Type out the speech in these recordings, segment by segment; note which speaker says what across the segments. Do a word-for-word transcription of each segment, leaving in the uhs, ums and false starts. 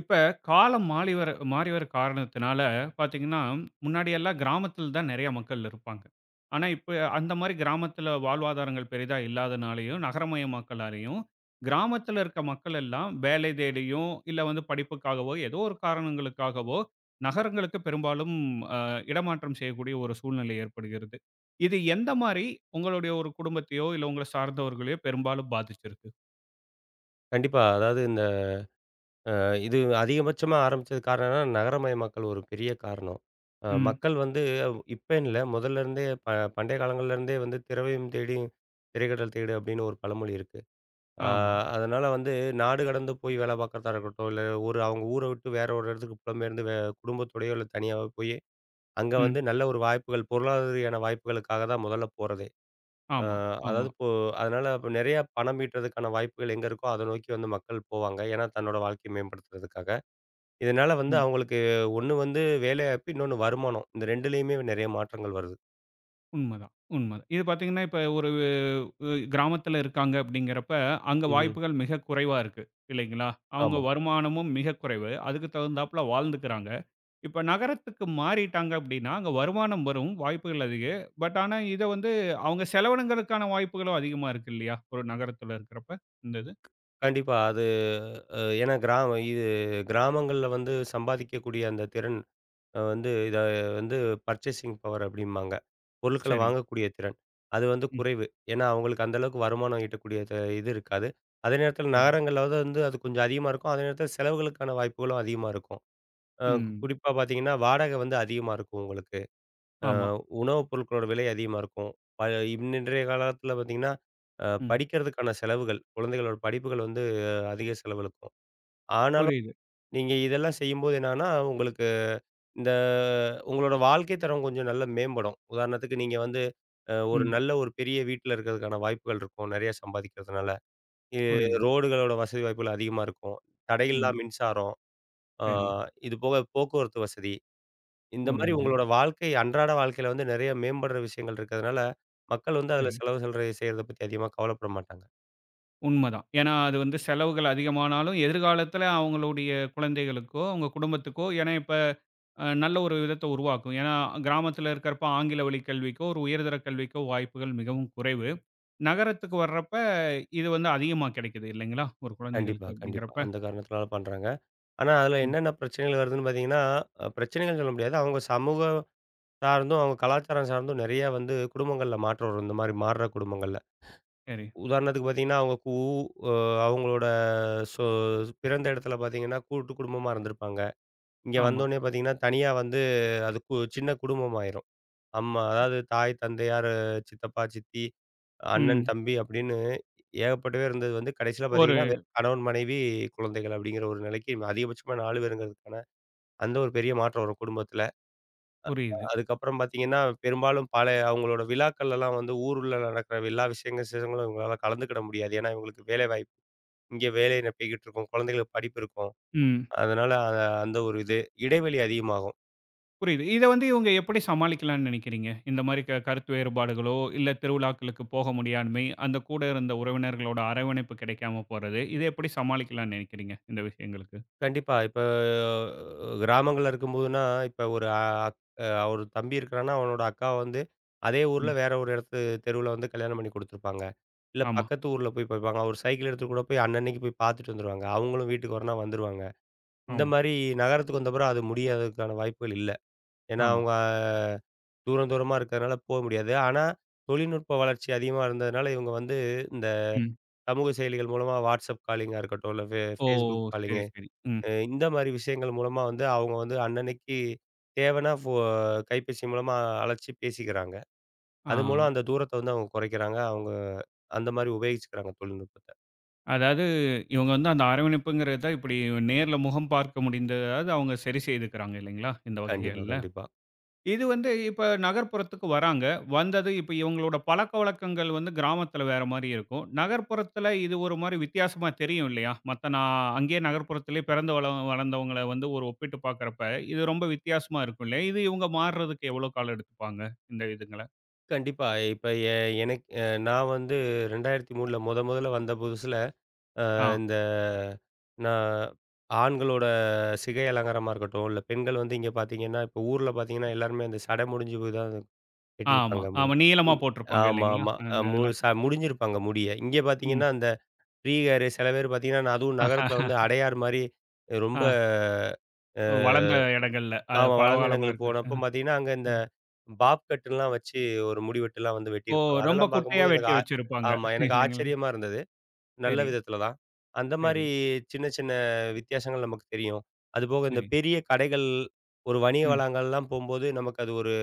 Speaker 1: இப்ப காலம் மாறி வர மாறி வர காரணத்தினால பார்த்தீங்கன்னா, முன்னாடி எல்லாம் கிராமத்தில தான் நெறைய மக்கள் இருப்பாங்க. ஆனா, இப்ப அந்த மாரி கிராமத்தில வாழ்வாதாரங்கள் பெரிதா இல்லாதனாலயும், நகரமயமாக்கலாலயும், கிராமத்தில இருக்க மக்கள் எல்லாம் வேலை தேடியும், இல்ல வந்து படிப்புக்காகவோ, ஏதோ ஒரு காரணங்களுக்காகவோ, நகரங்களுக்கு பெரும்பாலும் அ இடமாற்றம் செய்யக்கூடிய ஒரு சூழ்நிலை ஏற்படுகிறது. இது எந்த மாரி உங்களுடைய ஒரு குடும்பத்தையோ, இல்ல உங்கள சார்ந்தவர்களையோ பெரும்பாலும் பாதிச்சிருக்கு?
Speaker 2: கண்டிப்பா. அதாவது இந்த அ இது அதிகபட்சமா ஆரம்பிச்சது காரணம் என்னன்னா, நகரமயமாக்கல் ஒரு பெரிய காரணம். அ
Speaker 1: ம்.
Speaker 2: மக்கள் வந்து இப்பன்னு இல்ல, முதல்ல இருந்தே ப பண்டைய காலங்கள்ல இருந்தே வந்து "திரவையும் தேடியும் திரைக்கடல் தேடு" அப்படின்னு ஒரு பழமொழி இருக்கு. ஆ
Speaker 1: ஆமா.
Speaker 2: அதனால வந்து நாடு கடந்து போய் வேலை பார்க்கறதா இருக்கட்டும், இல்ல ஒரு அவங்க ஊர விட்டு வேற ஒரு இடத்துக்கு புலம்பெயர்ந்து வே குடும்பத்தோடயோ, இல்ல தனியாவோ போயி, அங்க
Speaker 1: ம்.
Speaker 2: வந்து நல்ல ஒரு வாய்ப்புகள் பொருளாதார ரீதியான வாய்ப்புகளுக்காக தான் முதல்ல போறதே. அ
Speaker 1: ஆமா, ஆமா.
Speaker 2: அதாவது இப்போ அதனால அப்ப நெறையா பணம் ஈட்டுறதுக்கான வாய்ப்புகள் எங்க இருக்கோ, அத நோக்கி வந்து மக்கள் போவாங்க. ஏன்னா, தன்னோட வாழ்க்கைய மேம்படுத்துறதுக்காக. இதனால வந்து
Speaker 1: ம்.
Speaker 2: அவங்களுக்கு ஒண்ணு வந்து வேலைவாய்ப்பு, இன்னொன்னு வருமானம். இந்த ரெண்டிலுமே நெறைய மாற்றங்கள் வருது.
Speaker 1: உண்மதான், உண்மதான். இது பார்த்தீங்கன்னா, இப்ப ஒரு அ கிராமத்தில இருக்காங்க அப்படிங்கிறப்ப, அங்க
Speaker 2: ம்ஹ்ம்.
Speaker 1: வாய்ப்புகள் மிக குறைவா இருக்கு, இல்லைங்களா? அவங்க
Speaker 2: ஆமா.
Speaker 1: வருமானமும் மிக குறைவு. அதுக்கு தகுந்தாப்புல வாழ்ந்துக்கிறாங்க. இப்ப நகரத்துக்கு மாறிட்டாங்க அப்படின்னா, அங்க வருமானம் வரும், வாய்ப்புகள் அதிகம். பட் ஆனா, இத வந்து அவங்க செலவினங்களுக்கான வாய்ப்புகளும் அதிகமா இருக்கு இல்லையா? ஒரு நகரத்துல இருக்கிறப்ப, இந்த இது.
Speaker 2: கண்டிப்பா. அது அ ஏன்னா கிராம இது கிராமங்கள்ல வந்து சம்பாதிக்கக்கூடிய அந்த திறன் அ வந்து இத வந்து பர்ச்சேசிங் பவர் அப்படிம்பாங்க. பொருட்கள
Speaker 1: சரி.
Speaker 2: வாங்கக்கூடிய திறன். அது வந்து
Speaker 1: ம்.
Speaker 2: குறைவு. ஏன்னா, அவங்களுக்கு அந்த அளவுக்கு வருமானம் ஈட்டக்கூடிய த இது இருக்காது. அதே நேரத்தில
Speaker 1: சரி.
Speaker 2: நகரங்களாவது வந்து அது கொஞ்சம் அதிகமா இருக்கும். அதே நேரத்தில செலவுகளுக்கான வாய்ப்புகளும் அதிகமா இருக்கும். அ
Speaker 1: ம்.
Speaker 2: குறிப்பா பார்த்தீங்கன்னா, வாடகை வந்து அதிகமா இருக்கும் உங்களுக்கு. அ
Speaker 1: ஆமா.
Speaker 2: உணவுப் பொருட்களோட விலை அதிகமா இருக்கும். ப இன் இன்றைய காலத்தில பார்த்தீங்கன்னா, அ
Speaker 1: ம்.
Speaker 2: படிக்கிறதுக்கான செலவுகள், குழந்தைகளோட படிப்புகள் வந்து அஹ் அதிக செலவழுக்கும். ஆனாலும்
Speaker 1: புரியுது.
Speaker 2: நீங்க இதெல்லாம் செய்யும்போது என்னன்னா, உங்களுக்கு இந்த உங்களோட வாழ்க்கை தரம் கொஞ்சம் நல்லா மேம்படும். உதாரணத்துக்கு நீங்க வந்து அ ஒரு
Speaker 1: ம்.
Speaker 2: நல்ல ஒரு பெரிய வீட்ல இருக்கிறதுக்கான வாய்ப்புகள் இருக்கும், நெறைய சம்பாதிக்கிறதுனால. இ
Speaker 1: புரியுது.
Speaker 2: ரோடுகளோட வசதி வாய்ப்புகள் அதிகமா இருக்கும். தடையில்லா
Speaker 1: ம்.
Speaker 2: மின்சாரம், ஆ
Speaker 1: சரி.
Speaker 2: இது போக போக்குவரத்து வசதி. இந்த மாரி
Speaker 1: புரியுது.
Speaker 2: உங்களோட வாழ்க்கை அன்றாட வாழ்க்கையில வந்து நெறைய மேம்படுற விஷயங்கள் இருக்கிறதுனால, மக்கள் வந்து
Speaker 1: சரி.
Speaker 2: அதில செலவு சொல்ற செய்றத பத்தி அதிகமா கவலைப்பட மாட்டாங்க.
Speaker 1: உண்மதான். ஏன்னா, அது வந்து செலவுகள் அதிகமானாலும், எதிர்காலத்தில அவங்களுடைய குழந்தைகளுக்கோ, அவங்க குடும்பத்துக்கோ ஏன்னா இப்ப அ நல்ல ஒரு விதத்த உருவாக்கும். ஏன்னா, கிராமத்தில இருக்கிறப்ப ஆங்கில வழி கல்விக்கோ, ஒரு உயர்தர கல்விக்கோ வாய்ப்புகள் மிகவும் குறைவு. நகரத்துக்கு வர்றப்ப, இது வந்து அதிகமா கிடைக்குது இல்லைங்களா? ஒரு
Speaker 2: கண்டிப்பா,
Speaker 1: குழந்தைகளுக்கு
Speaker 2: கண்டிப்பா.
Speaker 1: அப்படிங்கிறப்ப.
Speaker 2: அந்த காரணத்தினால பண்றாங்க. ஆனா, அதில
Speaker 1: ம்.
Speaker 2: என்னென்ன பிரச்சனைகள் வருதுன்னு பார்த்தீங்கன்னா, அ பிரச்சனைகள்னு சொல்ல முடியாது. அவங்க சமூக சார்ந்தும், அவங்க கலாச்சாரம் சார்ந்தும் நெறைய வந்து குடும்பங்கள்ல மாற்றம் வரும். இந்த மாரி மாறுற குடும்பங்கள்ல.
Speaker 1: சரி.
Speaker 2: உதாரணத்துக்கு பார்த்தீங்கன்னா, அவங்க கூ அ அவங்களோட சொ பிறந்த இடத்துல பார்த்தீங்கன்னா, கூட்டு குடும்பமா இருந்திருப்பாங்க. இங்க
Speaker 1: ஆமா.
Speaker 2: வந்தோனே பார்த்தீங்கன்னா, தனியா வந்து அது கு சின்ன குடும்பமாயிரும். அம்மா அதாவது தாய், தந்தையார், சித்தப்பா, சித்தி, அண்ணன்,
Speaker 1: ம்.
Speaker 2: தம்பி அப்படின்னு ஏகப்பட்ட பேர் இருந்தது வந்து கடைசியில
Speaker 1: ஒரு
Speaker 2: பார்த்தீங்கன்னா, வெறும் கணவன், மனைவி, குழந்தைகள் அப்படிங்கிற ஒரு நிலைக்கு அதிகபட்சமா நாலு பேருங்கிறதுக்கான அந்த ஒரு பெரிய மாற்றம் வரும் குடும்பத்தில.
Speaker 1: புரியுது.
Speaker 2: அதுக்கப்புறம் பார்த்தீங்கன்னா, பெரும்பாலும் பழைய அவங்களோட விழாக்கள்லலாம் வந்து ஊருல நடக்கிற எல்லா விஷயங்க விசேஷங்களும் இவங்களால கலந்துக்கிட முடியாது. ஏன்னா, இவங்களுக்கு வேலைவாய்ப்பு இங்கே வேலை நிரப்பிக்கிட்டு இருக்கும். குழந்தைகளுக்கு படிப்பு இருக்கும்.
Speaker 1: ம்.
Speaker 2: அதனால அ அந்த ஒரு இது. இடைவெளி அதிகமாகும்.
Speaker 1: புரியுது. இத வந்து இவங்க எப்படி சமாளிக்கலாம்னு நினைக்கிறீங்க? இந்த மாரி க கருத்து வேறுபாடுகளோ, இல்ல திருவிழாக்களுக்கு போக முடியாண்மை, அந்த கூட இருந்த உறவினர்களோட அரவணைப்பு கிடைக்காம போறது. இத எப்படி சமாளிக்கலாம்னு நினைக்கிறீங்க? இந்த விஷயங்களுக்கு.
Speaker 2: கண்டிப்பா. இப்ப கிராமங்கள்ல இருக்கும்போதுனா, இப்ப ஒரு அ அ ஒரு தம்பி இருக்கிறான்னா, அவனோட அக்காவ வந்து அதே ஊர்ல
Speaker 1: ம்.
Speaker 2: வேற ஒரு இடத்து தெருவுல வந்து கல்யாணம் பண்ணி குடுத்துருப்பாங்க. இல்ல
Speaker 1: ஆமா,
Speaker 2: பக்கத்து ஊர்ல போய் பார்ப்பாங்க. ஒரு சைக்கிள் எடுத்துட்டு கூட போய் அன்னன்னைக்கு போய் பார்த்துட்டு வந்துருவாங்க. அவங்களும் வீட்டுக்கு வரனா வந்துருவாங்க. இந்த
Speaker 1: ஆமா,
Speaker 2: மாரி நகரத்துக்கு வந்தப்புறம் அது முடியாததுக்கான வாய்ப்புகள் இல்ல. ஏன்னா
Speaker 1: ஆமா.
Speaker 2: அவங்க தூரம் தூரமா இருக்கிறதுனால போ முடியாது. ஆனா, தொழில்நுட்ப வளர்ச்சி அதிகமா இருந்ததுனால இவங்க வந்து இந்த
Speaker 1: ம்.
Speaker 2: சமூக செயலிகள் மூலமா வாட்ஸ்அப் காலிங்கா இருக்கட்டும், இல்ல ஃபே
Speaker 1: ஓ!
Speaker 2: Facebook
Speaker 1: சரி,
Speaker 2: காலிங்கு
Speaker 1: சரி. ம்.
Speaker 2: அ இந்த மாரி விஷயங்கள் மூலமா வந்து அவங்க வந்து அன்னன்னைக்கு தேவைன்னா ஃபோ கைபேசி மூலமா அழைச்சு பேசிக்கிறாங்க. அது
Speaker 1: ஆ.
Speaker 2: மூலம் அந்த தூரத்த வந்து அவங்க குறைக்கிறாங்க. அவங்க அந்த மாரி உபயோகிச்சுக்கிறாங்க தொழில்நுட்பத்த.
Speaker 1: அதாவது இவங்க வந்து அந்த அரவணைப்புங்கிறத இப்படி நேர்ல முகம் பார்க்க முடிந்ததாவது அவங்க சரி செய்துக்கிறாங்க இல்லைங்களா? இந்த
Speaker 2: கண்டிப்பா,
Speaker 1: வகைகள்ல.
Speaker 2: கண்டிப்பா.
Speaker 1: இது வந்து இப்ப நகர்ப்புறத்துக்கு வராங்க. வந்தது இப்ப இவங்களோட பழக்கவழக்கங்கள் வந்து கிராமத்தில வேற மாரி இருக்கும். நகர்ப்புறத்தில இது ஒரு மாரி வித்தியாசமா தெரியும் இல்லையா? மத்த நான் அங்கேயே நகர்ப்புறத்திலேயே பிறந்து வள வளர்ந்தவங்கள வந்து ஒரு ஒப்பிட்டு பார்க்கிறப்ப, இது ரொம்ப வித்தியாசமா இருக்கும் இல்லையா? இது இவங்க மாறுறதுக்கு எவ்வளோ காலம் எடுத்துப்பாங்க? இந்த இதுங்கள.
Speaker 2: கண்டிப்பா. இப்ப எ எனக்கு அ நான் வந்து இரண்டாயிரத்து மூன்றில் மொத மொதல்ல வந்த புதுசுல அ
Speaker 1: ஆ,
Speaker 2: இந்த நான் ஆண்களோட சிகை அலங்காரமா இருக்கட்டும், இல்ல பெண்கள் வந்து இங்க பார்த்தீங்கன்னா, இப்ப ஊர்ல பார்த்தீங்கன்னா, எல்லாருமே அந்த சடை முடிஞ்சு போய் தான்
Speaker 1: ஆமா,
Speaker 2: கட்டியிருப்பாங்க முடி.
Speaker 1: ஆமா. நீளமா
Speaker 2: ம்.
Speaker 1: போட்டிருப்பாங்க
Speaker 2: ஆமா,
Speaker 1: இல்லைங்களா?
Speaker 2: ஆமா. அ
Speaker 1: அந்த
Speaker 2: மு
Speaker 1: இதில.
Speaker 2: ச முடிஞ்சிருப்பாங்க முடிய. இங்க
Speaker 1: ம்.
Speaker 2: பார்த்தீங்கன்னா, அந்த ஃப்ரீ ஹேரு சில பேர் பார்த்தீங்கன்னா, நான் அதுவும் நகரத்தில வந்து அடையார் மாரி
Speaker 1: ஆ
Speaker 2: ரொம்ப
Speaker 1: வளர்ந்த
Speaker 2: அ
Speaker 1: இடங்கள்ல. அது
Speaker 2: ஆமா வளர்ந்த
Speaker 1: பலகாலமா
Speaker 2: இடங்களுக்கு
Speaker 1: இருக்கு. அ,
Speaker 2: போனப்போ பார்த்தீங்கன்னா, அங்க இந்த
Speaker 1: ம்.
Speaker 2: பாப் கட்டுலாம் வச்சு ஒரு முடிவெட்டுலாம் வந்து
Speaker 1: ஓ!
Speaker 2: வெட்டியிருப்பாங்க.
Speaker 1: ரொம்ப
Speaker 2: அதெல்லாம்
Speaker 1: குட்டையா
Speaker 2: பார்க்கும்போது எனக்கு
Speaker 1: வெட்டி
Speaker 2: ஆ
Speaker 1: வச்சிருப்பாங்க.
Speaker 2: ஆமா எனக்கு
Speaker 1: இல்லைங்களா?
Speaker 2: ஆச்சரியமா இருந்தது. நல்ல
Speaker 1: சரி,
Speaker 2: விதத்துல தான். அந்த மாரி
Speaker 1: சரி,
Speaker 2: சின்ன, சின்ன வித்தியாசங்கள் நமக்கு தெரியும். அதுபோக இந்த
Speaker 1: சரி.
Speaker 2: பெரிய கடைகள், ஒரு வணிக
Speaker 1: ம்.
Speaker 2: வளாகங்கள்லாம் போம்போது, நமக்கு அது ஒரு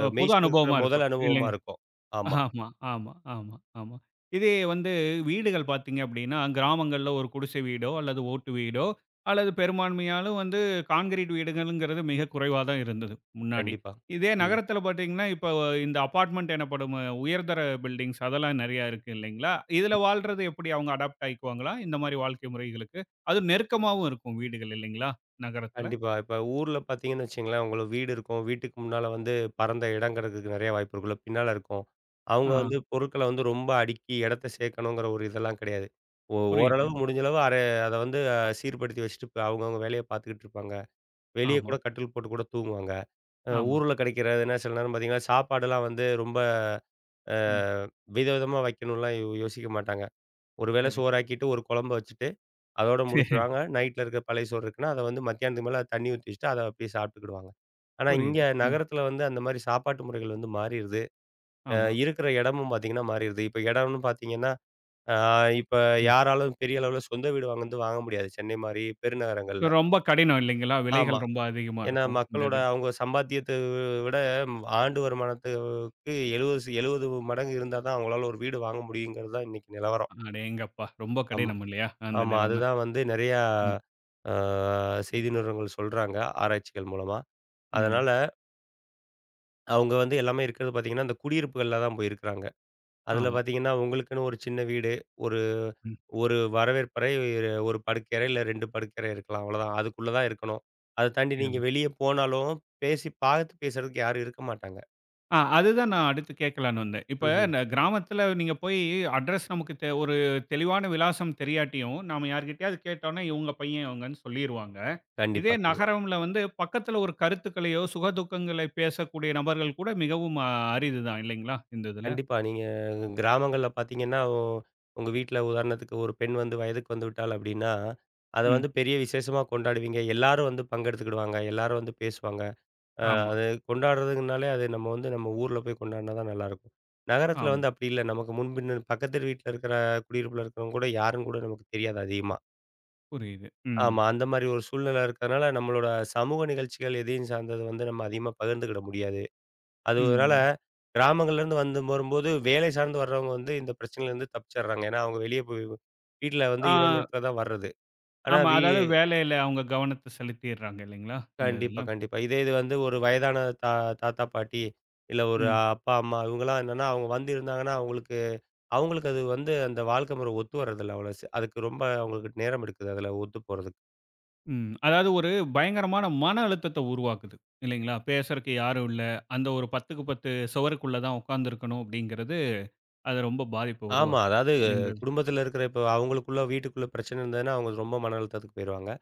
Speaker 1: அ
Speaker 2: மெய்
Speaker 1: புது
Speaker 2: சிலிர்க்கிற
Speaker 1: அனுபவமா
Speaker 2: முதல்
Speaker 1: இருக்கும்.
Speaker 2: அனுபவமா
Speaker 1: இல்லைங்க.
Speaker 2: இருக்கும். ஆமா,
Speaker 1: ஆமா, ஆமா, ஆமா, ஆமா. இதே வந்து வீடுகள் பார்த்தீங்க அப்படின்னா, கிராமங்கள்ல ஒரு குடிசை வீடோ, அல்லது ஓட்டு வீடோ, அல்லது பெரும்பான்மையாலும் வந்து கான்கிரீட் வீடுகள்ங்கிறது மிக குறைவா தான் இருந்தது முன்னாடி.
Speaker 2: கண்டிப்பா.
Speaker 1: இதே
Speaker 2: ம்,
Speaker 1: நகரத்தில பார்த்தீங்கன்னா, இப்போ இந்த அபார்ட்மெண்ட் எனப்படும் அ, உயர்தர பில்டிங்ஸ் அதெல்லாம் நெறையா இருக்கு இல்லைங்களா?
Speaker 2: ம்.
Speaker 1: இதில வாழ்றது எப்படி அவங்க அடாப்ட் ஆயிக்குவாங்களா? இந்த மாரி வாழ்க்கை முறைகளுக்கு? அதுவும் நெருக்கமாவும் இருக்கும் வீடுகள் இல்லைங்களா? நகரத்தில.
Speaker 2: கண்டிப்பா. இப்ப ஊர்ல பார்த்தீங்கன்னு வச்சுக்கங்களேன், உங்களுக்கு வீடு இருக்கும். வீட்டுக்கு முன்னால வந்து பரந்த இடம் கிடக்குறதுக்கு நெறைய வாய்ப்பு இருக்கும்ல. பின்னால இருக்கும்.
Speaker 1: ஆ
Speaker 2: அவங்க வந்து பொருட்கள வந்து ரொம்ப அடுக்கி இடத்த சேர்க்கணுங்கிற ஒரு இதெல்லாம் கிடையாது. ஓ
Speaker 1: புரியுது.
Speaker 2: ஓரளவு முடிஞ்ச அளவு அரை அத வந்து அஹ், சீர்படுத்தி வச்சுட்டு, அவங்கவங்க வேலைய பார்த்துக்கிட்டு இருப்பாங்க. வெளிய
Speaker 1: ஆமா,
Speaker 2: கூட கட்டில் போட்டு கூட தூங்குவாங்க. அ
Speaker 1: ஆமா.
Speaker 2: ஊருல கிடைக்கிறதுனா சில நேரம் பார்த்தீங்கன்னா, சாப்பாடுலாம் வந்து ரொம்ப அ
Speaker 1: ம்.
Speaker 2: விதவிதமா வைக்கணும்லாம் யோ யோசிக்க மாட்டாங்க. ஒரு வேள
Speaker 1: சரி.
Speaker 2: சோறாக்கிட்டு, ஒரு குழம்ப வச்சுட்டு, அதோட
Speaker 1: சரி.
Speaker 2: முடிச்சுருவாங்க. நைட்ல இருக்க பழைய சோறு இருக்குன்னா, அத வந்து மத்தியானத்துக்கு மேல தண்ணி ஊத்தி வச்சுட்டு, அத அப்படியே சாப்பிட்டுக்கிடுவாங்க. ஆனா, இங்க
Speaker 1: புரியுது. ம்.
Speaker 2: நகரத்துல வந்து அந்த மாரி சாப்பாட்டு முறைகள் வந்து மாறிருது. அ
Speaker 1: ஆமா.
Speaker 2: இருக்கிற இடமும் பார்த்தீங்கன்னா மாறிருது. இப்ப இடம்னு பார்த்தீங்கன்னா, அ இப்ப
Speaker 1: ம்.
Speaker 2: யாராலும் பெரிய அளவுல சொந்த வீடு வந்து வாங்க முடியாது. சென்னை மாரி பெருநகரங்கள்ல.
Speaker 1: ரொம்ப கடினம் இல்லைங்களா?
Speaker 2: ஆமா.
Speaker 1: விலைகள் ரொம்ப அதிகமா
Speaker 2: ஏன்னா,
Speaker 1: இருக்கும். இந்த
Speaker 2: மக்களோட
Speaker 1: இது.
Speaker 2: அவங்க சம்பாத்தியத்த விட ம், ஆண்டு வருமானத்துக்கு எழுபது ச எழுபது மடங்கு இருந்தா தான் அவங்களால ஒரு வீடு வாங்க முடியுங்கிறது தான் இன்னைக்கு நிலவரம்.
Speaker 1: அடேங்கப்பா! ரொம்ப
Speaker 2: ஆமா.
Speaker 1: கடினம் இல்லையா? அந்த
Speaker 2: ஆமா.
Speaker 1: நிலைமை.
Speaker 2: அதுதான் வந்து நெறையா
Speaker 1: ம்.
Speaker 2: ஆ செய்தி நிறுவனங்கள் சொல்றாங்க, ஆராய்ச்சிகள் மூலமா.
Speaker 1: ம்.
Speaker 2: அதனால அவங்க வந்து எல்லாமே இருக்கிறது பார்த்தீங்கன்னா, அந்த குடியிருப்புகள்ல தான் போய் இருக்கிறாங்க. அதில
Speaker 1: ஆமா.
Speaker 2: பார்த்தீங்கன்னா, உங்களுக்குன்னு ஒரு சின்ன வீடு, ஒரு
Speaker 1: ம்.
Speaker 2: ஒரு வரவேற்பறை, ஒரு ஒரு படுக்கறை, இல்ல ரெண்டு படுக்கறை இருக்கலாம். அவ்வளோதான். அதுக்குள்ள தான் இருக்கணும். அத தாண்டி நீங்க
Speaker 1: இதுதான்.
Speaker 2: வெளிய போனாலும் பேசி பார்த்து பேசுறதுக்கு யாரும் இருக்க மாட்டாங்க.
Speaker 1: ஆ அதுதான் நான் அடுத்து கேட்கலான்னு வந்தேன். இப்ப
Speaker 2: ம்ஹ்ம்.
Speaker 1: இந்த கிராமத்துல நீங்க போய் அட்ரஸ் நமக்கு தெ ஒரு தெளிவான விலாசம் தெரியாட்டியும், நாம யார்கிட்டயாவது கேட்டோம்னா, இவங்க பையன் இவங்கன்னு சொல்லிருவாங்க. இதே
Speaker 2: கண்டிப்பா, கண்டிப்பா.
Speaker 1: நகரம்ல வந்து பக்கத்துல ஒரு கருத்துக்களையோ, சுகதுக்கங்களை பேசக்கூடிய நபர்கள் கூட மிகவும் அரிது தான் இல்லைங்களா? இந்த இதுல.
Speaker 2: கண்டிப்பா. நீங்க கிராமங்கள்ல பார்த்தீங்கன்னா, ஒ உங்க வீட்ல உதாரணத்துக்கு ஒரு பெண் வந்து வயதுக்கு வந்து விட்டாள் அப்டின்னா, அத
Speaker 1: ம்.
Speaker 2: வந்து பெரிய விசேஷமா கொண்டாடுவீங்க. எல்லாரும் வந்து பங்கெடுத்துக்கிடுவாங்க. எல்லாரும் வந்து பேசுவாங்க. அ
Speaker 1: ஆமா,
Speaker 2: அது கொண்டாடுறதுனாலே அது நம்ம வந்து நம்ம ஊர்ல போய் கொண்டாடுனா தான் நல்லாயிருக்கும். நகரத்தில
Speaker 1: ஆமா.
Speaker 2: வந்து அப்டி இல்ல. நமக்கு முன்பின்னு பக்கத்து வீட்ல இருக்கிற குடியிருப்புல இருக்கிறவங்க கூட யாருன்னு கூட நமக்கு தெரியாது அதிகமா.
Speaker 1: புரியுது. ம்.
Speaker 2: ஆமா. அந்த மாரி ஒரு சூழ்நிலை இருக்கிறதுனால நம்மளோட சமூக நிகழ்ச்சிகள் எதையும் சார்ந்தது வந்து நம்ம அதிகமா பகிர்ந்துக்கிட முடியாது. அதுனால
Speaker 1: ம்.
Speaker 2: கிராமங்கள்லேருந்து வந்து வரும்போது வேலை சார்ந்து வர்றவங்க வந்து இந்த பிரச்சனையிலேருந்து தப்பிச்சிடுறாங்க. ஏன்னா, அவங்க வெளிய போய் வீட்ல வந்து
Speaker 1: ஆ,
Speaker 2: இரவு நேரத்தில தான் வர்றது. ஆனா
Speaker 1: ஆமா.
Speaker 2: வீ
Speaker 1: அதாவது வேலையில அவங்க கவனத்த செலுத்திர்றாங்க இல்லைங்களா? இந்த
Speaker 2: கண்டிப்பா,
Speaker 1: இதுல.
Speaker 2: கண்டிப்பா. இதே இது வந்து ஒரு வயதான தா தாத்தா, பாட்டி இல்ல ஒரு
Speaker 1: ம்,
Speaker 2: அப்பா, அம்மா இவங்கலாம் என்னன்னா, அவங்க வந்து இருந்தாங்கன்னா, அவங்களுக்கு அவங்களுக்கு அது வந்து அந்த வாழ்க்கை முறை ஒத்து வரதில்ல அவ்வளோ. ஸ் அதுக்கு ரொம்ப அவங்களுக்கு நேரம் எடுக்குது அதில ஒத்து போறதுக்கு.
Speaker 1: ம். அதாவது ஒரு பயங்கரமான மன அழுத்தத்த உருவாக்குது இல்லைங்களா? பேசுறக்கு யாரும் இல்ல. அந்த ஒரு பத்துக்கு பத்து சுவருக்குள்ள தான் உட்கார்ந்திருக்கணும் அப்படிங்கிறது, அது ரொம்ப பாதிப்ப
Speaker 2: ஆமா.
Speaker 1: உருவாக்குது.
Speaker 2: அதாவது
Speaker 1: இந்த இது.
Speaker 2: குடும்பத்தில இருக்கிற இப்ப அவங்களுக்குள்ள வீட்டுக்குள்ள பிரச்சனை இருந்ததுன்னா, அவங்க ரொம்ப மன அழுத்தத்துக்கு போயிருவாங்க.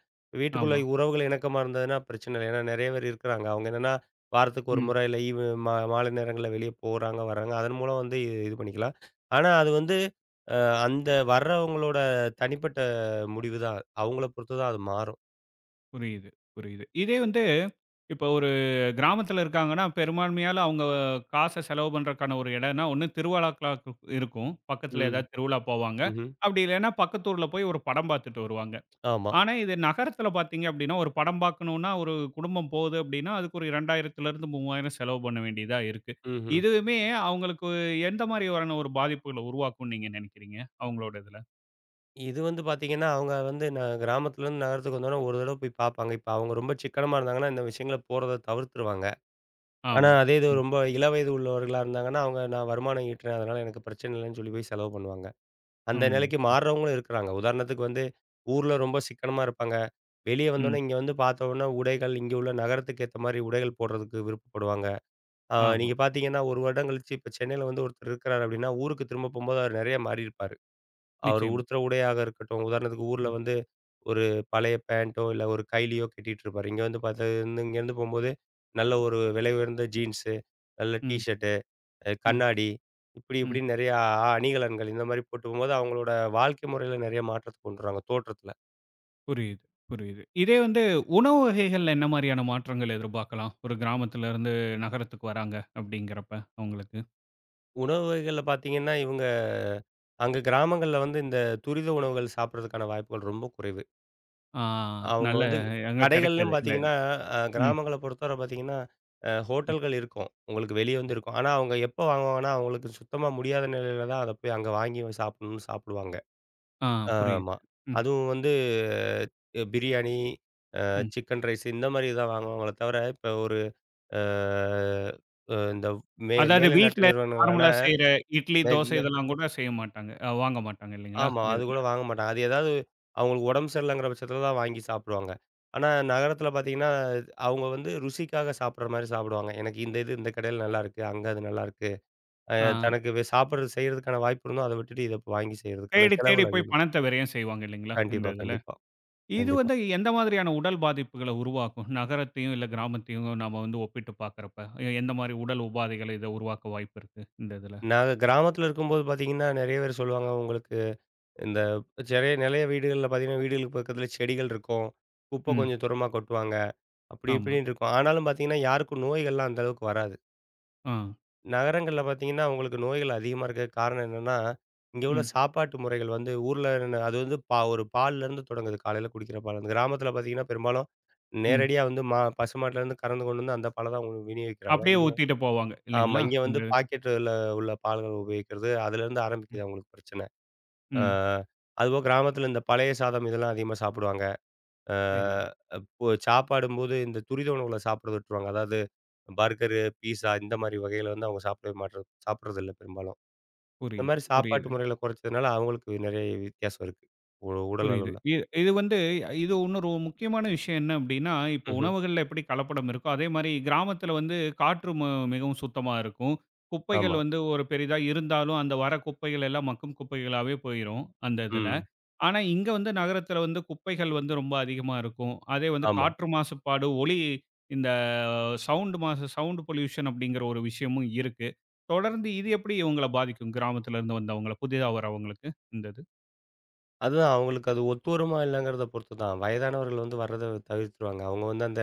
Speaker 2: வீட்டுக்குள்ள
Speaker 1: ஆமா.
Speaker 2: உறவுகள் இணக்கமா இருந்ததுன்னா பிரச்சனை இல்ல. ஏன்னா நெறைய பேர் இருக்கிறாங்க. அவங்க என்னன்னா, வாரத்துக்கு ஒரு
Speaker 1: ம்.
Speaker 2: முறை இல்ல ஈவ் மா மாலை நேரங்கள்ல வெளிய போறாங்க, வராங்க. அதன் மூலம் வந்து இது இது பண்ணிக்கலாம். ஆனா அது வந்து அ அந்த வர்றவங்களோட தனிப்பட்ட முடிவு தான். அவங்கள பொறுத்து தான் அது மாறும்.
Speaker 1: புரியுது, புரியுது. இதே வந்து இப்ப ஒரு கிராமத்துல இருக்காங்கன்னா, பெரும்பான்மையால அவங்க காச செலவு பண்றதுக்கான ஒரு இடம்னா, ஒண்ணு திருவிழாக்களா இருக்கும். பக்கத்துல
Speaker 2: ம்.
Speaker 1: ஏதாவது திருவிழா போவாங்க.
Speaker 2: ம்ஹ்ம்.
Speaker 1: அப்படி இல்லைன்னா, பக்கத்து ஊர்ல போய் ஒரு படம் பார்த்துட்டு வருவாங்க.
Speaker 2: ஆமா.
Speaker 1: ஆனா, இது நகரத்துல பார்த்தீங்க அப்படின்னா, ஒரு படம் பார்க்கணும்னா, ஒரு குடும்பம் போகுது அப்படின்னா, அதுக்கு ஒரு இரண்டாயிரத்திலிருந்து மூவாயிரம் செலவு பண்ண வேண்டியதா இருக்கு.
Speaker 2: ம்ஹ்ம்.
Speaker 1: இதுவுமே அவங்களுக்கு எந்த மாதிரியான ஒரு பாதிப்புகள உருவாக்கும்னு நீங்க நினைக்கிறீங்க? அவங்களோட இதுல.
Speaker 2: இது வந்து பார்த்தீங்கன்னா, அவங்க வந்து ந கிராமத்துலருந்து நகரத்துக்கு வந்தோனே ஒரு தடவ போய் பார்ப்பாங்க. இப்ப அவங்க ரொம்ப சிக்கனமா இருந்தாங்கன்னா, இந்த விஷயங்கள போறத தவிர்த்துருவாங்க. ஆனா,
Speaker 1: ஆமா.
Speaker 2: அதே இது
Speaker 1: ம்.
Speaker 2: ரொம்ப இளவயது உள்ளவர்களா இருந்தாங்கன்னா, அவங்க நான் வருமானம் ஈட்டுறேன். அதனால எனக்கு பிரச்சனை இல்லன்னு சொல்லி போய் செலவு பண்ணுவாங்க. அந்த
Speaker 1: ம்.
Speaker 2: நிலைக்கு மாறுறவங்களும் இருக்கிறாங்க. உதாரணத்துக்கு வந்து ஊர்ல ரொம்ப சிக்கனமா இருப்பாங்க. வெளிய
Speaker 1: ம்.
Speaker 2: வந்தோனே இங்க வந்து பார்த்தோன்னா, உடைகள் இங்க உள்ள நகரத்துக்கு ஏத்த மாரி உடைகள் போடுறதுக்கு விருப்பப்படுவாங்க. ஆ
Speaker 1: ஆமா.
Speaker 2: நீங்க பார்த்தீங்கன்னா, ஒரு வருடம் கழிச்சு இப்ப சென்னையில வந்து ஒருத்தர் இருக்கிறாரு அப்படின்னா, ஊருக்கு திரும்ப போம்போது அவர் நெறைய மாறியிருப்பாரு. அவர்
Speaker 1: நிச்சயமா.
Speaker 2: உடுத்துற உடையாக இருக்கட்டும், உதாரணத்துக்கு ஊர்ல
Speaker 1: ம்.
Speaker 2: வந்து ஒரு பழைய பேண்ட்டோ, இல்ல ஒரு கைலியோ கட்டிட்டு இருப்பாரு. இங்க வந்து பாத்தா இருந்து இங்கேருந்து போம்போது, நல்ல ஒரு விலை உயர்ந்த ஜீன்ஸு, நல்ல டீ
Speaker 1: ம்.
Speaker 2: ஷர்ட்டு, அ
Speaker 1: ம்.
Speaker 2: கண்ணாடி இப்படி
Speaker 1: ம்.
Speaker 2: இப்படின்னு நெறையா அ அணிகலன்கள் இந்த மாரி போட்டு போம்போது, அவங்களோட வாழ்க்கை முறையில நெறைய மாற்றத்த கொண்டு வராங்க, தோற்றத்துல.
Speaker 1: புரியுது, புரியுது. இதே வந்து உணவு வகைகள்ல என்ன மாரியான மாற்றங்கள் எதிர்பார்க்கலாம்? ஒரு கிராமத்துல இருந்து நகரத்துக்கு வராங்க அப்படிங்கிறப்ப அவங்களுக்கு.
Speaker 2: உணவு வகைகள்ல பாத்தீங்கன்னா, இவங்க அங்க கிராமங்கள்ல வந்து இந்த துரித உணவுகள் சாப்பிடுறதுக்கான வாய்ப்புகள் ரொம்ப குறைவு.
Speaker 1: ஆ
Speaker 2: அவங்க
Speaker 1: நல்ல
Speaker 2: வந்து
Speaker 1: அங்க கிடைக்காது.
Speaker 2: கடைகள்லயும்
Speaker 1: இல்ல.
Speaker 2: பார்த்தீங்கன்னா, அ
Speaker 1: ம்.
Speaker 2: கிராமங்கள பொறுத்தவர பார்த்தீங்கன்னா, அ ஹோட்டல்கள் இருக்கும். உங்களுக்கு வெளிய வந்து இருக்கும். ஆனா, அவங்க எப்போ வாங்குவாங்கன்னா, அவங்களுக்கு சுத்தமா முடியாத நிலையில தான் அத போய் அங்க வாங்கி சாப்பிடணும்னு சாப்பிடுவாங்க.
Speaker 1: ஆ புரியுது.
Speaker 2: ஆமா.
Speaker 1: ம்.
Speaker 2: அதுவும் வந்து அ பிரியாணி, அ
Speaker 1: ம்.
Speaker 2: சிக்கன் ரைஸ் இந்த மாரி தான் வாங்குவாங்களே தவிர, இப்ப ஒரு அ அ இந்த மே
Speaker 1: அதாவது
Speaker 2: மேலை
Speaker 1: வீட்ல
Speaker 2: நாட்டு நிறுவனங்களான
Speaker 1: நார்மலா செய்ற இட்லி,
Speaker 2: மேக்
Speaker 1: தோசை
Speaker 2: மே
Speaker 1: இதெல்லாம் கூட செய்ய மாட்டாங்க. அ வாங்க மாட்டாங்க இல்லைங்களா?
Speaker 2: ஆமா. அது
Speaker 1: இதுல.
Speaker 2: கூட வாங்க மாட்டாங்க. அது ஏதாவது அவங்களுக்கு உடம்பு சரியில்லங்கிற பட்சத்தில தான் வாங்கி சாப்பிடுவாங்க. ஆனா நகரத்தில பார்த்தீங்கன்னா, அவங்க வந்து ருசிக்காக சாப்பிடுற மாரி சாப்பிடுவாங்க. எனக்கு இந்த இது இந்த கடையில நல்லாருக்கு. அங்க அது நல்லாருக்கு. அ
Speaker 1: ஆ.
Speaker 2: தனக்கு வே சாப்பிடுறது செய்றதுக்கான வாய்ப்பு இருந்தும், அத விட்டுட்டு இத வாங்கி செய்றதுக்கான
Speaker 1: தேடி தேடி
Speaker 2: செலவுகள்
Speaker 1: போய்
Speaker 2: அதிகம்.
Speaker 1: பணத்த விரயம் செய்வாங்க இல்லைங்களா? இந்த
Speaker 2: கண்டிப்பா,
Speaker 1: இதுல.
Speaker 2: கண்டிப்பா,
Speaker 1: இது
Speaker 2: கண்டிப்பா.
Speaker 1: வந்து எந்த மாதிரியான உடல் பாதிப்புகள உருவாக்கும்? நகரத்தையும், இல்ல கிராமத்தையும் நாம வந்து ஒப்பிட்டு பார்க்கிறப்ப, எ எந்த மாரி உடல் உபாதைகள் இத உருவாக்க வாய்ப்பு இருக்கு? இந்த இதுல.
Speaker 2: நாங்க கிராமத்தில இருக்கும்போது பார்த்தீங்கன்னா, நெறைய பேர் சொல்லுவாங்க உங்களுக்கு இந்த செறைய நெறைய வீடுகள்ல பார்த்தீங்கன்னா, வீடுகளுக்கு பக்கத்தில செடிகள் இருக்கும். குப்பை
Speaker 1: ம்.
Speaker 2: கொஞ்சம் தூரமா கொட்டுவாங்க. அப்படி
Speaker 1: ஆமா.
Speaker 2: இப்படின்னு இருக்கும். ஆனாலும் பார்த்தீங்கன்னா, யாருக்கும் நோய்கள்லாம் அந்த அளவுக்கு வராது.
Speaker 1: ஆ.
Speaker 2: நகரங்கள்ல பார்த்தீங்கன்னா, அவங்களுக்கு நோய்கள் அதிகமா இருக்கறதுக்கு காரணம் என்னன்னா, இங்க உள்ள
Speaker 1: ம்.
Speaker 2: சாப்பாட்டு முறைகள் வந்து ஊர்ல ந அது வந்து பா ஒரு பால்லருந்து தொடங்குது. காலையில குடிக்கிற பால். அந்த கிராமத்தில பார்த்தீங்கன்னா, பெரும்பாலும்
Speaker 1: ம்.
Speaker 2: நேரடியா வந்து மா பசுமாட்டுலேருந்து கறந்து கொண்டு வந்து அந்த பால தான் அவங்க விநியோகிக்கிறாங்க.
Speaker 1: அப்படியே
Speaker 2: இங்க
Speaker 1: ஊத்திட்டு போவாங்க
Speaker 2: ஆமா.
Speaker 1: இல்லைங்களா?
Speaker 2: இங்க
Speaker 1: இந்த
Speaker 2: வந்து பாக்கெட்டுல உள்ள பால்கள் உபயோகிக்கிறது. அதுலேருந்து
Speaker 1: ம்.
Speaker 2: ஆரம்பிக்குது அவங்களுக்கு பிரச்சனை. ஆ
Speaker 1: ம்.
Speaker 2: அதுபோக கிராமத்தில இந்த பழைய சாதம் இதெல்லாம் அதிகமா சாப்பிடுவாங்க. ஆ
Speaker 1: சரி.
Speaker 2: ஒ சாப்பாடும்போது இந்த துரித உணவுகள சாப்பிட விட்டுருவாங்க. அதாவது பர்கரு, பீஸா இந்த மாரி வகைகள வந்து அவங்க சாப்பிடவே மாட்ற சாப்பிடுறதில்ல பெரும்பாலும். இந்த
Speaker 1: புரியுது,
Speaker 2: மாரி
Speaker 1: புரியுது.
Speaker 2: சாப்பாட்டு முறைகள குறைச்சதுனால, அவங்களுக்கு நெறைய வித்தியாசம் இருக்கு. உ உடல்
Speaker 1: புரியுது.
Speaker 2: அளவுல.
Speaker 1: இ இது வந்து இது இன்னொரு முக்கியமான விஷயம் என்ன அப்படின்னா, இப்போ
Speaker 2: ம்ஹ்ம்.
Speaker 1: உணவுகள்ல எப்படி கலப்படம் இருக்கோ, அதே மாரி கிராமத்தில வந்து காற்று ம மிகவும் சுத்தமா இருக்கும். குப்பைகள்
Speaker 2: ஆமா.
Speaker 1: வந்து ஒரு பெரிதா இருந்தாலும், அந்த வர குப்பைகள் எல்லாம் மக்கும் குப்பைகளாவே போயிரும், அந்த இதில.
Speaker 2: ம்.
Speaker 1: ஆனா, இங்க வந்து நகரத்தில வந்து குப்பைகள் வந்து ரொம்ப அதிகமா இருக்கும். அதே வந்து
Speaker 2: ஆமா.
Speaker 1: காற்று மாசுபாடு, ஒலி இந்த சவுண்ட் மாசு சவுண்ட் பொல்யூஷன் அப்படிங்கிற ஒரு விஷயமும் இருக்கு. தொடர்ந்து இது எப்படி இவங்கள பாதிக்கும்? கிராமத்தில இருந்து வந்தவங்கள, புதிதா வரவங்களுக்கு இந்த
Speaker 2: அதுதான் அவங்களுக்கு அது ஒத்து வருமா இல்லங்கிறத பொறுத்து தான். வயதானவர்கள் வந்து வர்றத தவிர்த்துருவாங்க. அவங்க வந்து அந்த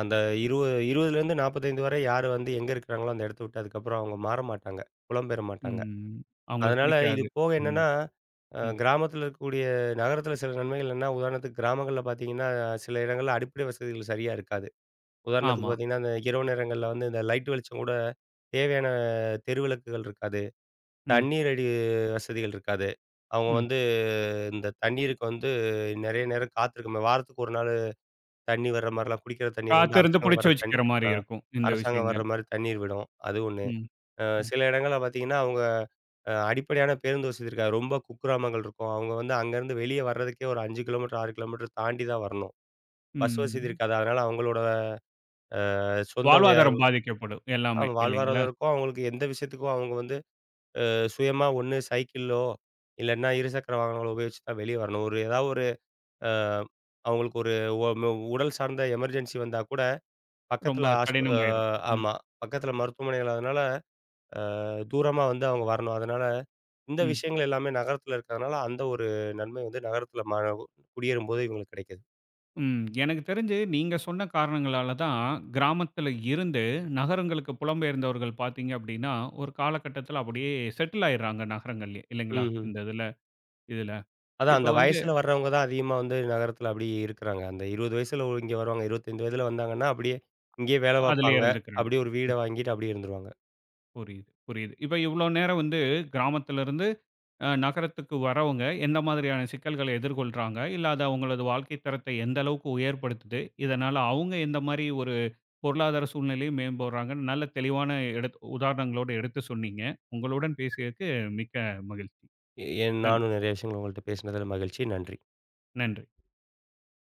Speaker 2: அந்த இருபது 20லருந்து நாற்பத்தி ஐந்து வரை யாரு வந்து எங்க இருக்கிறாங்களோ, அந்த இடத்த விட்டு அதுக்கப்புறம் அவங்க மாற மாட்டாங்க. புலம்பெயர மாட்டாங்க.
Speaker 1: ம். அவங்களுக்கு
Speaker 2: அதனால இது
Speaker 1: பிடிக்காது.
Speaker 2: போக
Speaker 1: ம்,
Speaker 2: என்னன்னா, அ
Speaker 1: ம்.
Speaker 2: கிராமத்தில இருக்கக்கூடிய நகரத்தில சில நன்மைகள் என்னன்னா, உதாரணத்துக்கு கிராமங்கள்ல பார்த்தீங்கன்னா, சில இடங்கள்ல அடிப்படை வசதிகள் சரியா இருக்காது. உதாரணத்துக்கு
Speaker 1: ஆமா.
Speaker 2: பார்த்தீங்கன்னா, அந்த இரவு நேரங்கள்ல வந்து இந்த லைட் வெளிச்சம் கூட தேவையான தெருவிளக்குகள் இருக்காது.
Speaker 1: ம்,
Speaker 2: தண்ணீர் அடி வசதிகள் இருக்காது. அவங்க
Speaker 1: ம்.
Speaker 2: வந்து இந்த தண்ணீருக்கு வந்து நெறைய நேரம் காத்திருக்கணும். வாரத்துக்கு ஒரு நாள் தண்ணி வர்ற மாரிலாம் குடிக்கிற தண்ணீர் வந்து
Speaker 1: காத்திருந்து
Speaker 2: அரசாங்கம்
Speaker 1: புடிச்சு
Speaker 2: வர்ற தண்ணி
Speaker 1: வச்சுக்கிற மாரி
Speaker 2: அ
Speaker 1: இருக்கும். இந்த
Speaker 2: அரசாங்கம் வர்ற
Speaker 1: விஷயங்கள்.
Speaker 2: மாரி தண்ணீர் விடும். அது ஒண்ணு.
Speaker 1: ம்,
Speaker 2: அ
Speaker 1: ம்,
Speaker 2: சில இடங்கள்ல பார்த்தீங்கன்னா, அவங்க அ அடிப்படையான பேருந்து வசதி இருக்காது. ரொம்ப குக்கிராமங்கள் இருக்கும். அவங்க வந்து அங்கேருந்து வெளிய வர்றதுக்கே ஒரு ஐந்து கிலோமீட்டர், ஆறு கிலோமீட்டர் தாண்டி தான் வரணும். பஸ் வசதி
Speaker 1: ம்.
Speaker 2: இருக்காது. அதனால அவங்களோட சொந்த வே
Speaker 1: வாழ்வாதாரம் பாதிக்கப்படும். எல்லாமே
Speaker 2: ஆமா. வாழ்வாதாரம்
Speaker 1: இல்லைங்களா?
Speaker 2: இருக்கும். அவங்களுக்கு எந்த விஷயத்துக்கும் அவங்க வந்து அ சுயமா ஒண்ணு சைக்கிளோ, இல்லன்னா இருசக்கர வாகனங்கள உபயோகிச்சு தான் வெளிய வரணும். ஒரு ஏதாவது ஒரு அ அவங்களுக்கு ஒரு ஒ மு உடல் சார்ந்த எமர்ஜென்சி வந்தா கூட
Speaker 1: ரொம்ப
Speaker 2: பக்கத்தில ஆஸ்ப அ
Speaker 1: கடினமாயிரும். ம்,
Speaker 2: ஆமா. பக்கத்தில மருத்துவமனைகள் அதனால அ தூரமா வந்து அவங்க வரணும். அதனால இந்த
Speaker 1: ம்,
Speaker 2: விஷயங்கள் எல்லாமே நகரத்தில இருக்கிறதுனால, அந்த ஒரு நன்மை வந்து நகரத்தில ம குடியேறும்போது இவங்களுக்கு கிடைக்குது.
Speaker 1: ம். எனக்கு தெரிஞ்சு நீங்க சொன்ன காரணங்களால தான் கிராமத்துல இருந்து நகரங்களுக்கு புலம்பெயர்ந்தவர்கள் பார்த்தீங்க அப்டின்னா, ஒரு காலகட்டத்துல அப்படியே செட்டில் ஆயிடுறாங்க நகரங்கள்லயே இல்லைங்களா?
Speaker 2: ம்ஹ்ம்.
Speaker 1: இந்த இதுல இதுல.
Speaker 2: அதான்
Speaker 1: இப்ப
Speaker 2: அந்த
Speaker 1: வந்து
Speaker 2: வயசுல வர்றவங்க தான் அதிகமா வந்து நகரத்துல அப்படியே இருக்கிறாங்க. அந்த இருபது வயசுல ஒ இங்க வருவாங்க. இருபத்தி ஐந்து வயதுல வந்தாங்கன்னா, அப்படியே இங்கேயே வேலை
Speaker 1: அதுலயே
Speaker 2: பார்ப்பாங்க.
Speaker 1: இருந்துக்கிறாங்க.
Speaker 2: அப்படியே ஒரு வீட வாங்கிட்டு அப்படியே இருந்துருவாங்க.
Speaker 1: புரியுது, புரியுது. இப்ப இவ்ளோ நேரம் வந்து கிராமத்திலிருந்து அ நகரத்துக்கு வரவங்க எந்த மாதிரியான சிக்கல்கள எதிர்கொள்றாங்க? இல்ல அது அவங்களது வாழ்க்கை தரத்தை எந்த அளவுக்கு உயர்படுத்துது? இதனால அவங்க எந்த மாரி ஒரு பொருளாதார சூழ்நிலையும் மேம்படுறாங்கன்னு நல்ல தெளிவான எடுத் உதாரணங்களோட எடுத்து சொன்னீங்க. உங்களுடன் பேசியதுக்கு மிக்க மகிழ்ச்சி.
Speaker 2: எ என்
Speaker 1: நன்
Speaker 2: நானும் நெறைய விஷயங்கள் உங்கள்ட்ட பேசினதுல மகிழ்ச்சி. நன்றி.
Speaker 1: நன்றி.